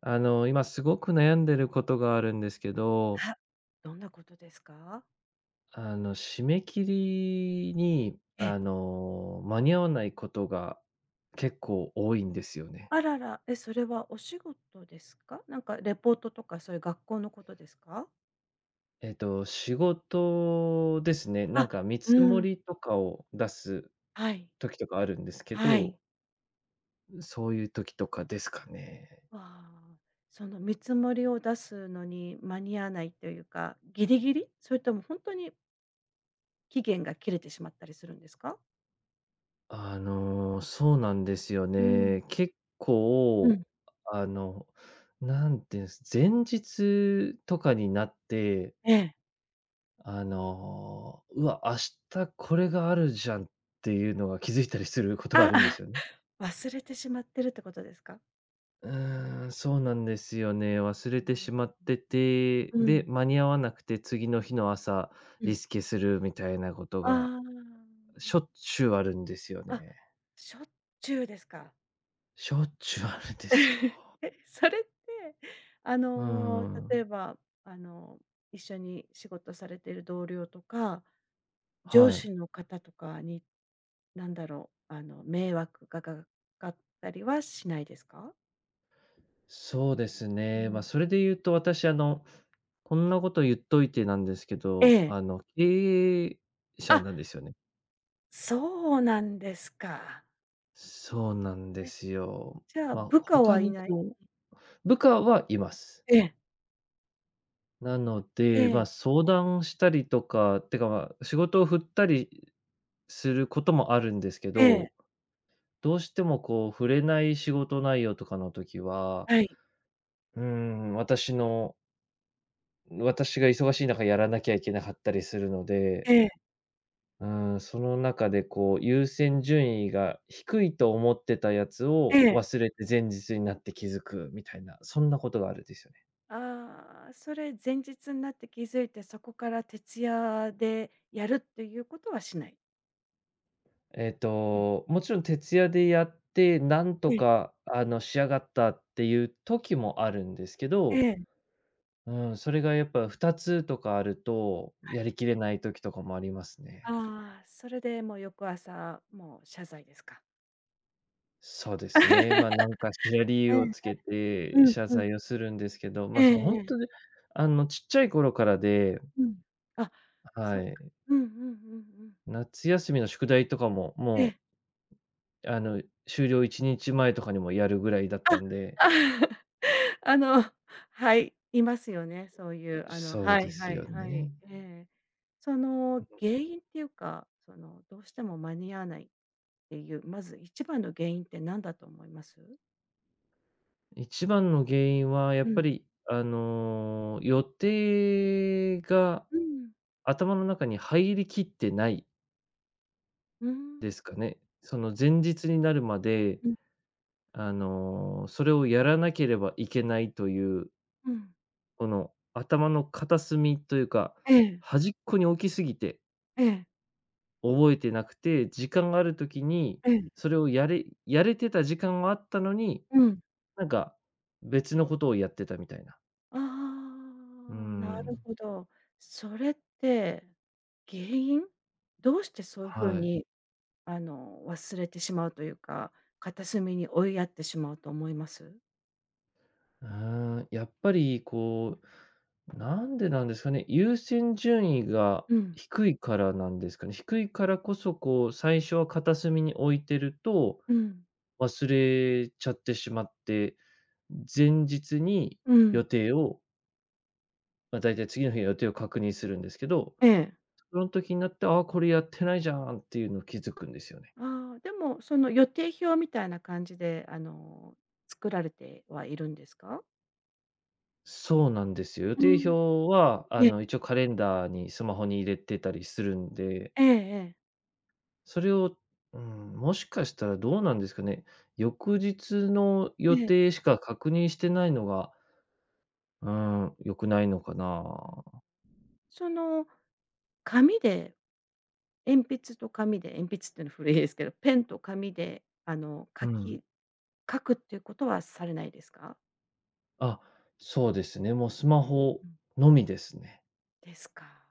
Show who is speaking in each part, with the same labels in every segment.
Speaker 1: 今すごく悩んでることがあるんですけど、
Speaker 2: は、どんなことですか？
Speaker 1: 締め切りに、
Speaker 2: ええ。
Speaker 1: 間に合わないことが結構多いんですよね。
Speaker 2: あらら、それはお仕事ですか？なんかレポートとかそういう学校のことですか？
Speaker 1: 仕事ですね。なん
Speaker 2: あ、
Speaker 1: か見
Speaker 2: う
Speaker 1: 積も
Speaker 2: ん。
Speaker 1: りとかを出す
Speaker 2: はい。
Speaker 1: 時とかあるんですけ
Speaker 2: はい。
Speaker 1: ど、そういう時とかですかね。
Speaker 2: わあ、その見積もりを出すのに間に合わないというか、ギリギリ？それとも本当に期限が切れてしまったりするんですか？
Speaker 1: そうなんですよ
Speaker 2: うん、
Speaker 1: ね。結
Speaker 2: うん、
Speaker 1: 構、あの、なんていうんです、前日とかになって、
Speaker 2: ええ。
Speaker 1: うわ、明日これがあるじゃんっていうのが気づいたりすることがあ
Speaker 2: あ
Speaker 1: るんで
Speaker 2: あ、
Speaker 1: すよね。
Speaker 2: 忘れてしまってるってことですか？
Speaker 1: そうなんですよね。忘れて
Speaker 2: うん。
Speaker 1: しまってて、
Speaker 2: う
Speaker 1: で、
Speaker 2: ん、
Speaker 1: 間に合わなくて次の日の朝、
Speaker 2: う
Speaker 1: リ
Speaker 2: ん。
Speaker 1: スケするみたいなこと
Speaker 2: あ
Speaker 1: が
Speaker 2: あ。
Speaker 1: しょっちゅうあるんですよ
Speaker 2: あ、
Speaker 1: ね。
Speaker 2: しょっちゅうですか。
Speaker 1: しょっちゅうあるんですよ。
Speaker 2: それって、
Speaker 1: うー
Speaker 2: 例え
Speaker 1: ん、
Speaker 2: ば、あの、一緒に仕事されてる同僚とか、上
Speaker 1: はい。
Speaker 2: 司の方とかに、なんだろう、迷惑がかかったりはしないですか？
Speaker 1: そうです
Speaker 2: う
Speaker 1: ね。まあ、
Speaker 2: ん。
Speaker 1: それで言うと私、こんなこと言っといてなんですけ
Speaker 2: え
Speaker 1: ど、
Speaker 2: え。
Speaker 1: 経営者
Speaker 2: あ、
Speaker 1: なんですよね。
Speaker 2: そうなんですか。
Speaker 1: そうなんで
Speaker 2: え、
Speaker 1: すよ。
Speaker 2: じゃあ
Speaker 1: まあ、
Speaker 2: 部下
Speaker 1: 他
Speaker 2: はい
Speaker 1: に
Speaker 2: ない？
Speaker 1: こう部下はいます。
Speaker 2: ええ、
Speaker 1: なの
Speaker 2: え
Speaker 1: で、ま
Speaker 2: え、
Speaker 1: あ、相談したりとか、てか、まあ、仕事を振ったりすることもあるんですけ
Speaker 2: ええ、
Speaker 1: ど、どうしてもこう振れない仕事内容とかの時は、
Speaker 2: はい、
Speaker 1: うーん、私が忙しい中やらなきゃいけなかったりするので、
Speaker 2: ええ、
Speaker 1: うーん、その中でこう、優先順位が低いと思ってたやつ
Speaker 2: え
Speaker 1: を
Speaker 2: え。
Speaker 1: 忘れて前日になって気づくみたいな、そんなことがあるんですよね。
Speaker 2: ああ、それ前日になって気づいて、そこから徹夜でやるっていうことはしない？うん、
Speaker 1: もちろん徹夜でやって、なんと
Speaker 2: ええ、
Speaker 1: か仕上がったっていう時もあるんですけ
Speaker 2: え
Speaker 1: ど、
Speaker 2: え。
Speaker 1: うん、それがやっぱ2つとかあると、やりきれない時とかもありますね。
Speaker 2: ああ、それでもう翌朝、もう謝罪ですか？
Speaker 1: そうですね。まあ、なんかしら理由
Speaker 2: ええ、
Speaker 1: をつけて
Speaker 2: うん
Speaker 1: 謝
Speaker 2: うん。
Speaker 1: 罪をするんですけど、ま
Speaker 2: え
Speaker 1: あ、そ
Speaker 2: え
Speaker 1: のほ
Speaker 2: え
Speaker 1: んと
Speaker 2: え。
Speaker 1: に、ちっちゃい頃からで、
Speaker 2: うん。あ、そ
Speaker 1: は
Speaker 2: っか。
Speaker 1: い。
Speaker 2: うんうんうんうん。
Speaker 1: 夏休みの宿題とかも、
Speaker 2: え
Speaker 1: も
Speaker 2: え。
Speaker 1: う、終了1日前とかにもやるぐらいだったん
Speaker 2: あ、
Speaker 1: で。
Speaker 2: あ の、はい、いますよね、そういう、
Speaker 1: そう
Speaker 2: は
Speaker 1: で
Speaker 2: い
Speaker 1: す
Speaker 2: はい
Speaker 1: よ
Speaker 2: はい。
Speaker 1: ね。
Speaker 2: ええ。その原因っていうか、そのどうしても間に合わないていう、まず一番の原因って何だと思います？
Speaker 1: 一番の原因はや
Speaker 2: う
Speaker 1: っぱ
Speaker 2: ん。
Speaker 1: り、予定が
Speaker 2: うん、
Speaker 1: 頭の中に入りきってない
Speaker 2: うん、
Speaker 1: ですかね。その前日になるまで、
Speaker 2: うん。
Speaker 1: それをやらなければいけないという、
Speaker 2: うん。
Speaker 1: この頭の片隅というか、
Speaker 2: ええ、
Speaker 1: 端っこに置きすぎて
Speaker 2: ええ、
Speaker 1: 覚えてなくて、時間がある時に、
Speaker 2: ええ、
Speaker 1: それをやれてた時間はあったのに、
Speaker 2: うん。
Speaker 1: なんか、別のことをやってたみたいな。
Speaker 2: あ
Speaker 1: うー
Speaker 2: あ、なる
Speaker 1: ん、
Speaker 2: ほど。それって原因？どうしてそういう風
Speaker 1: はい。
Speaker 2: に、忘れてしまうというか、片隅に追いやってしまうと思います？
Speaker 1: うーん、やっぱりこう、なんでなんですかね、優先順位が
Speaker 2: うん、
Speaker 1: 低いからなんですかね。低いからこそ、こう、最初は片隅に置いてると、
Speaker 2: うん。
Speaker 1: 忘れちゃってしまって、前日に
Speaker 2: うん、
Speaker 1: 予定を、まあ、だいたい次の日の予定を確認するんですけど、
Speaker 2: ええ。
Speaker 1: その時になって、ああ、これやってないじゃんっていうの気づくんですよね。
Speaker 2: ああ、でも、その予定表みたいな感じで、作られてはいるんですか？
Speaker 1: そうなんですよ。予
Speaker 2: う
Speaker 1: 定表
Speaker 2: ん、
Speaker 1: は、
Speaker 2: ええ。
Speaker 1: 一応カレンダーにスマホに入れてたりするんで、
Speaker 2: ええええ。
Speaker 1: それを、うん、もしかしたらどうなんですかね。翌日の
Speaker 2: え
Speaker 1: 予
Speaker 2: え。
Speaker 1: 定しか確認してないのが、うん、良くないのかな。
Speaker 2: その紙で鉛筆と紙で鉛筆っていうのは古いですけど、ペンと紙であの
Speaker 1: う
Speaker 2: 書
Speaker 1: ん。
Speaker 2: き書くっていうことはされないですか？
Speaker 1: あ、そうですね。もうスマホ
Speaker 2: うん。
Speaker 1: のみですね。
Speaker 2: ですか。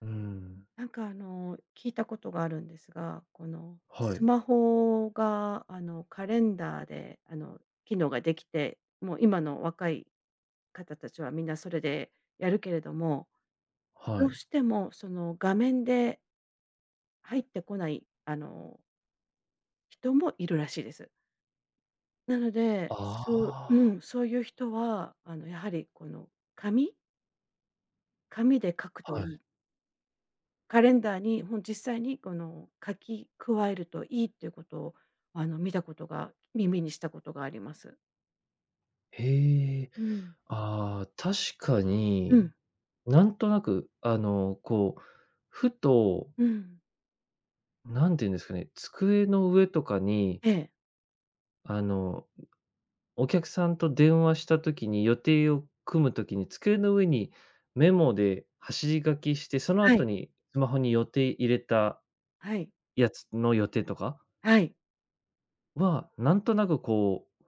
Speaker 1: うん。
Speaker 2: なんか聞いたことがあるんですが、この
Speaker 1: は
Speaker 2: ス
Speaker 1: い、
Speaker 2: マホがカレンダーで機能ができて、もう今の若い方たちはみんなそれでやるけれども、
Speaker 1: は
Speaker 2: どう
Speaker 1: い。
Speaker 2: してもその画面で入ってこないあの人もいるらしいです。なので、そう、う
Speaker 1: あ
Speaker 2: ん、そういう人は、やはりこの紙紙で書く
Speaker 1: あ、
Speaker 2: と
Speaker 1: はい。
Speaker 2: いい、カレンダーに、実際に書き加えるといいっていうことを、見たことが耳にしたことがあります。
Speaker 1: へえ。
Speaker 2: うん。
Speaker 1: ああ、確か
Speaker 2: う
Speaker 1: に、
Speaker 2: ん。
Speaker 1: なんとなく、こう、ふと、
Speaker 2: うん。
Speaker 1: なんて言うんですかね、机の上とかに、
Speaker 2: ええ。
Speaker 1: あの、お客さんと電話した時に、予定を組む時に、机の上にメモで走り書きして、その
Speaker 2: は
Speaker 1: 後
Speaker 2: い。
Speaker 1: にスマホに予定入れた
Speaker 2: はい。
Speaker 1: やつの予定とか
Speaker 2: はい。
Speaker 1: は、なんとなくこう、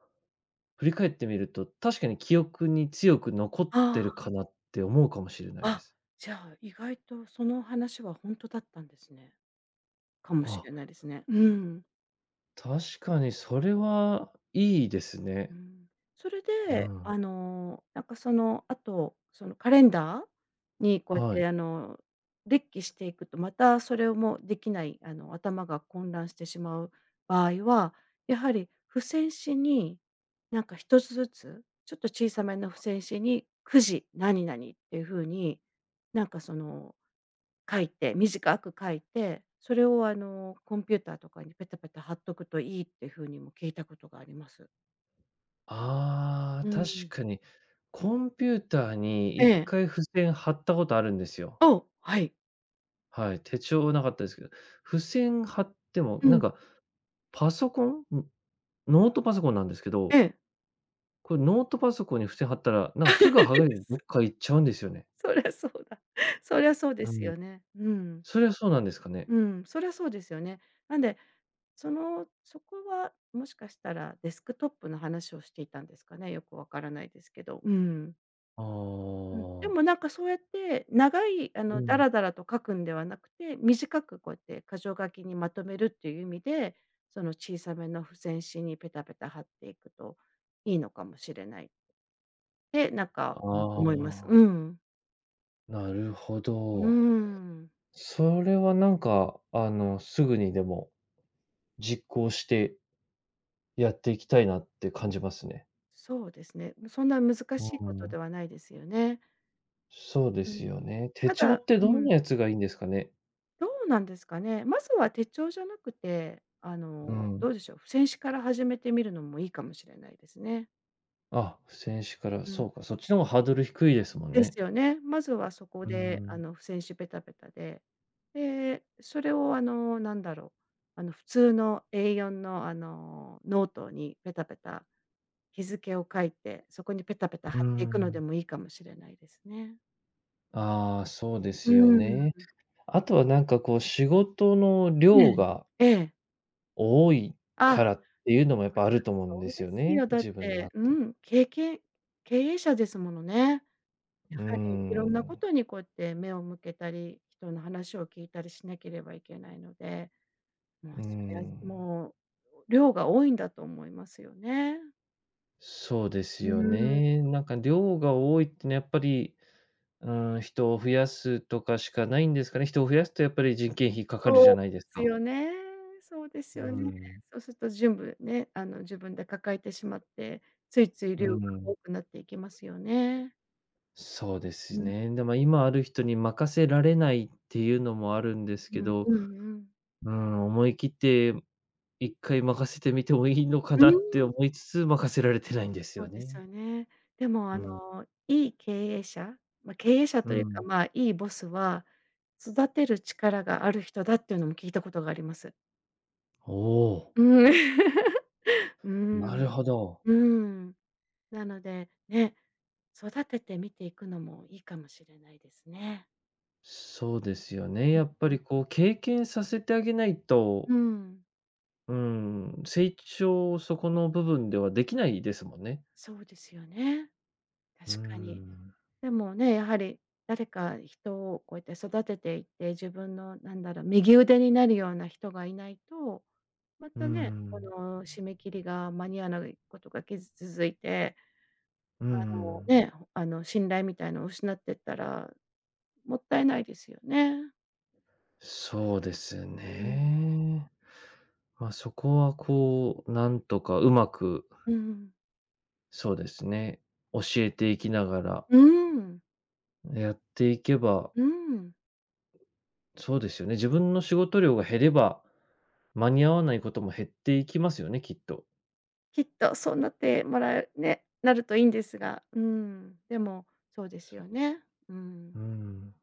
Speaker 1: 振り返ってみると、確かに記憶に強く残ってる
Speaker 2: あ
Speaker 1: かなって思うかもしれない
Speaker 2: あ、
Speaker 1: で
Speaker 2: あ、
Speaker 1: す。
Speaker 2: じゃあ、意外とその話は本当だったんですね。かもし
Speaker 1: あ、
Speaker 2: れないですね。うん。
Speaker 1: 確かにそれはいいです
Speaker 2: う
Speaker 1: ね。
Speaker 2: ん。それ
Speaker 1: う
Speaker 2: で、
Speaker 1: ん。
Speaker 2: なんかあと、そのカレンダーにこうやっ
Speaker 1: はい。
Speaker 2: て列記していくと、またそれをもうできない、頭が混乱してしまう場合は、やはり付箋紙に、なんか一つずつ、ちょっと小さめの付箋紙に9時何々っていう風に、なんか書いて、短く書いて、それをコンピューターとかにペタペタ貼っとくといいっていう風にも聞いたことがあります。
Speaker 1: ああ、
Speaker 2: う
Speaker 1: 確
Speaker 2: ん。
Speaker 1: かに。コンピューターに
Speaker 2: え
Speaker 1: 一
Speaker 2: え。
Speaker 1: 回付箋貼ったことあるんですよ。
Speaker 2: おうはい。
Speaker 1: はい、手帳はなかったですけど、付箋貼っても、
Speaker 2: う
Speaker 1: なん
Speaker 2: ん。
Speaker 1: かパソコン、ん、ノートパソコンなんですけ
Speaker 2: え
Speaker 1: ど、
Speaker 2: え。
Speaker 1: これノートパソコンに付箋貼ったら、なんかすぐ剥がれてどっか行っちゃうんですよね。
Speaker 2: そりゃそうだ。そりゃそうで
Speaker 1: う
Speaker 2: す
Speaker 1: ん。
Speaker 2: よね。うん。
Speaker 1: それはそうなんですかね？
Speaker 2: うん、そりゃそうですよね。なんで、そこはもしかしたらデスクトップの話をしていたんですかね、よくわからないですけど。うん。
Speaker 1: あ
Speaker 2: うん。で
Speaker 1: あ、
Speaker 2: もなんかそうやって長い
Speaker 1: う
Speaker 2: ダ
Speaker 1: ん。
Speaker 2: ラダラと書くんではなくて、短くこうやって箇条書きにまとめるっていう意味で、その小さめの付箋紙にペタペタ貼っていくといいのかもしれないて、なんか、
Speaker 1: あ
Speaker 2: うん思います。う
Speaker 1: あ、
Speaker 2: ん。
Speaker 1: なるほ
Speaker 2: うー
Speaker 1: ど。
Speaker 2: ん。
Speaker 1: それはなんか、すぐにでも実行してやっていきたいなって感じますね。
Speaker 2: そうですね。そんな難
Speaker 1: う
Speaker 2: しいこと
Speaker 1: ん。
Speaker 2: ではないですよね。
Speaker 1: そうで
Speaker 2: うん。
Speaker 1: すよね。手
Speaker 2: た
Speaker 1: 帳
Speaker 2: だ、
Speaker 1: ってど
Speaker 2: う
Speaker 1: ん
Speaker 2: ん、
Speaker 1: なやつがいいんですかね？
Speaker 2: どうなんですかね。まずは手帳じゃなくて、
Speaker 1: うん。
Speaker 2: どうでしょう、付箋紙から始めてみるのもいいかもしれないですね。
Speaker 1: あ、付箋紙から、
Speaker 2: うん。
Speaker 1: そうか、そっちの方がハードル低いですもん
Speaker 2: で
Speaker 1: ね。
Speaker 2: すよね。まずはそこ
Speaker 1: う
Speaker 2: で、
Speaker 1: ん。
Speaker 2: 付箋紙ペタペタで、で、それを、なんだろう、普通の A4 の、ノートにペタペタ日付を書いて、そこにペタペタ
Speaker 1: う
Speaker 2: 貼っていくので
Speaker 1: ん。
Speaker 2: もいいかもしれないですね。
Speaker 1: ああ、そうで
Speaker 2: う
Speaker 1: すよ
Speaker 2: ー
Speaker 1: ね。
Speaker 2: ん。
Speaker 1: あとはなんかこう仕事の
Speaker 2: え
Speaker 1: 量
Speaker 2: え。
Speaker 1: が
Speaker 2: ええ。
Speaker 1: 多い
Speaker 2: あ、
Speaker 1: からっていうのもやっぱあると思う
Speaker 2: そ
Speaker 1: んで
Speaker 2: そう
Speaker 1: す
Speaker 2: で
Speaker 1: よ
Speaker 2: す
Speaker 1: ね、
Speaker 2: よ。だっ
Speaker 1: 自分のあ
Speaker 2: て、
Speaker 1: っ
Speaker 2: う
Speaker 1: て。
Speaker 2: ん、けいけん経営者ですものね。
Speaker 1: う
Speaker 2: や
Speaker 1: ー
Speaker 2: はりいろんなこ
Speaker 1: ん。
Speaker 2: とにこうやって目を向けたり、人の話を聞いたりしなければいけないので、もう
Speaker 1: うー
Speaker 2: それは
Speaker 1: ん。
Speaker 2: もう量が多いんだと思いますよね。
Speaker 1: そうです
Speaker 2: う
Speaker 1: よ
Speaker 2: ーん。
Speaker 1: ね。なんか量が多いってねやっぱり、うん、人を増やすとかしかないんですかね。人を増やすとやっぱり人件費かかるじ
Speaker 2: そ
Speaker 1: ゃ
Speaker 2: う
Speaker 1: ないです
Speaker 2: です
Speaker 1: か。
Speaker 2: よね。そうです
Speaker 1: う
Speaker 2: よね。
Speaker 1: ん、
Speaker 2: そうすると全部ね、自分で抱えてしまって、ついつい
Speaker 1: う
Speaker 2: 量が
Speaker 1: ん。
Speaker 2: 多くなっていきますよね。
Speaker 1: そうです
Speaker 2: うん
Speaker 1: ね。でも今ある人に任せられないっていうのもあるんですけ
Speaker 2: うん
Speaker 1: ど、
Speaker 2: うんうん。
Speaker 1: うん、思い切って一回任せてみてもいいのか
Speaker 2: うー
Speaker 1: なって
Speaker 2: ん、
Speaker 1: 思いつつ、任せられてないんです
Speaker 2: そ
Speaker 1: よ
Speaker 2: うです
Speaker 1: ね。
Speaker 2: よね。でも、
Speaker 1: うん、
Speaker 2: いい経営者、ま、経営者
Speaker 1: う
Speaker 2: というか、
Speaker 1: ん。
Speaker 2: まあ、いいボスは、育てる力がある人だっていうのも聞いたことがあります。
Speaker 1: おお、
Speaker 2: うん。うー
Speaker 1: なる
Speaker 2: ん、
Speaker 1: ほど。
Speaker 2: うーん。なので、ね、育ててみていくのもいいかもしれないですね。
Speaker 1: そうですよね。やっぱ
Speaker 2: うん。
Speaker 1: りこう経験させてあげないと、
Speaker 2: うん、
Speaker 1: うん、成長、そこの部分ではできないですもんね。
Speaker 2: そうですよね。
Speaker 1: う
Speaker 2: 確かに。
Speaker 1: ん、
Speaker 2: でもね、やはり誰か人をこうやって育てていって、自分のなんだろう、右腕になるような人がいないと、ま
Speaker 1: う
Speaker 2: たね、こ
Speaker 1: ん、
Speaker 2: の締め切りが間に合わないことがきず続いて、
Speaker 1: うん。
Speaker 2: あの信頼みたいのを失ってったらもったいないですよね。
Speaker 1: そうです
Speaker 2: うん。
Speaker 1: ね。ま、そこはこう、なんとかうまく、
Speaker 2: うん。
Speaker 1: そうですね、教えていきながら
Speaker 2: うん。
Speaker 1: やっていけば、
Speaker 2: うん。
Speaker 1: そうですよね、自分の仕事量が減れば、間に合わないことも減っていきますよね、きっと。
Speaker 2: きっとそうなってもらえね、なるといいんですが、うん、でも、そうです
Speaker 1: そう
Speaker 2: よ
Speaker 1: ですよ。
Speaker 2: ね。うん。
Speaker 1: うん、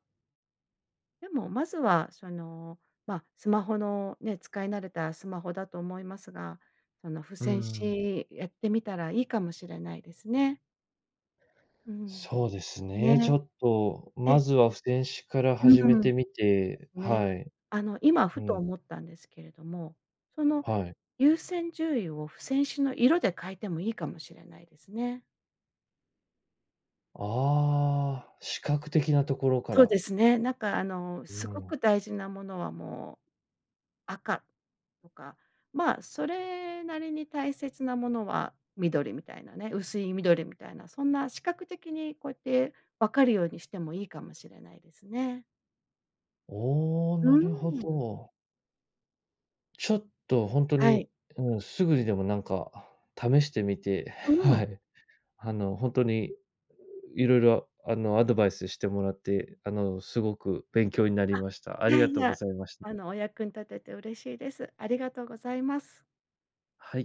Speaker 2: でも、まずはその、まあ、スマホのね、使い慣れたスマホだと思いますが、その付
Speaker 1: う
Speaker 2: 箋
Speaker 1: ん。
Speaker 2: 紙やってみたらいいかもしれないですね。うん。
Speaker 1: そうですね。ち
Speaker 2: ね。
Speaker 1: ょっと、ま
Speaker 2: で、
Speaker 1: ずは付箋紙から
Speaker 2: うん、
Speaker 1: 始めて
Speaker 2: で
Speaker 1: みて、
Speaker 2: すね。
Speaker 1: はい。
Speaker 2: 今
Speaker 1: う
Speaker 2: ふと
Speaker 1: ん、
Speaker 2: 思ったんですけれども、その
Speaker 1: はい。
Speaker 2: 優先順位を付箋紙の色で変えてもいいかもしれないですね。
Speaker 1: ああ、視覚的なところか
Speaker 2: そう
Speaker 1: ら。
Speaker 2: ですね。なんか
Speaker 1: う
Speaker 2: すご
Speaker 1: ん。
Speaker 2: く大事なものはもう赤とか、まあ、それなりに大切なものは緑みたいなね、薄い緑みたいな、そんな視覚的にこうやって分かるようにしてもいいかもしれないですね。
Speaker 1: おお、
Speaker 2: う
Speaker 1: なるほ
Speaker 2: ーん。
Speaker 1: ど。ちょっと本当
Speaker 2: は
Speaker 1: に、
Speaker 2: い。
Speaker 1: うん、すぐにでもなんか試してみて、
Speaker 2: う
Speaker 1: は
Speaker 2: ん。
Speaker 1: い。本当にいろアドバイスしてもらって、すごく勉強になり
Speaker 2: あ、
Speaker 1: ました。あ
Speaker 2: い
Speaker 1: り
Speaker 2: や
Speaker 1: が
Speaker 2: い
Speaker 1: とうご
Speaker 2: や、
Speaker 1: ざいました。
Speaker 2: お役に立てて嬉しいです。ありがとうございます。
Speaker 1: はい。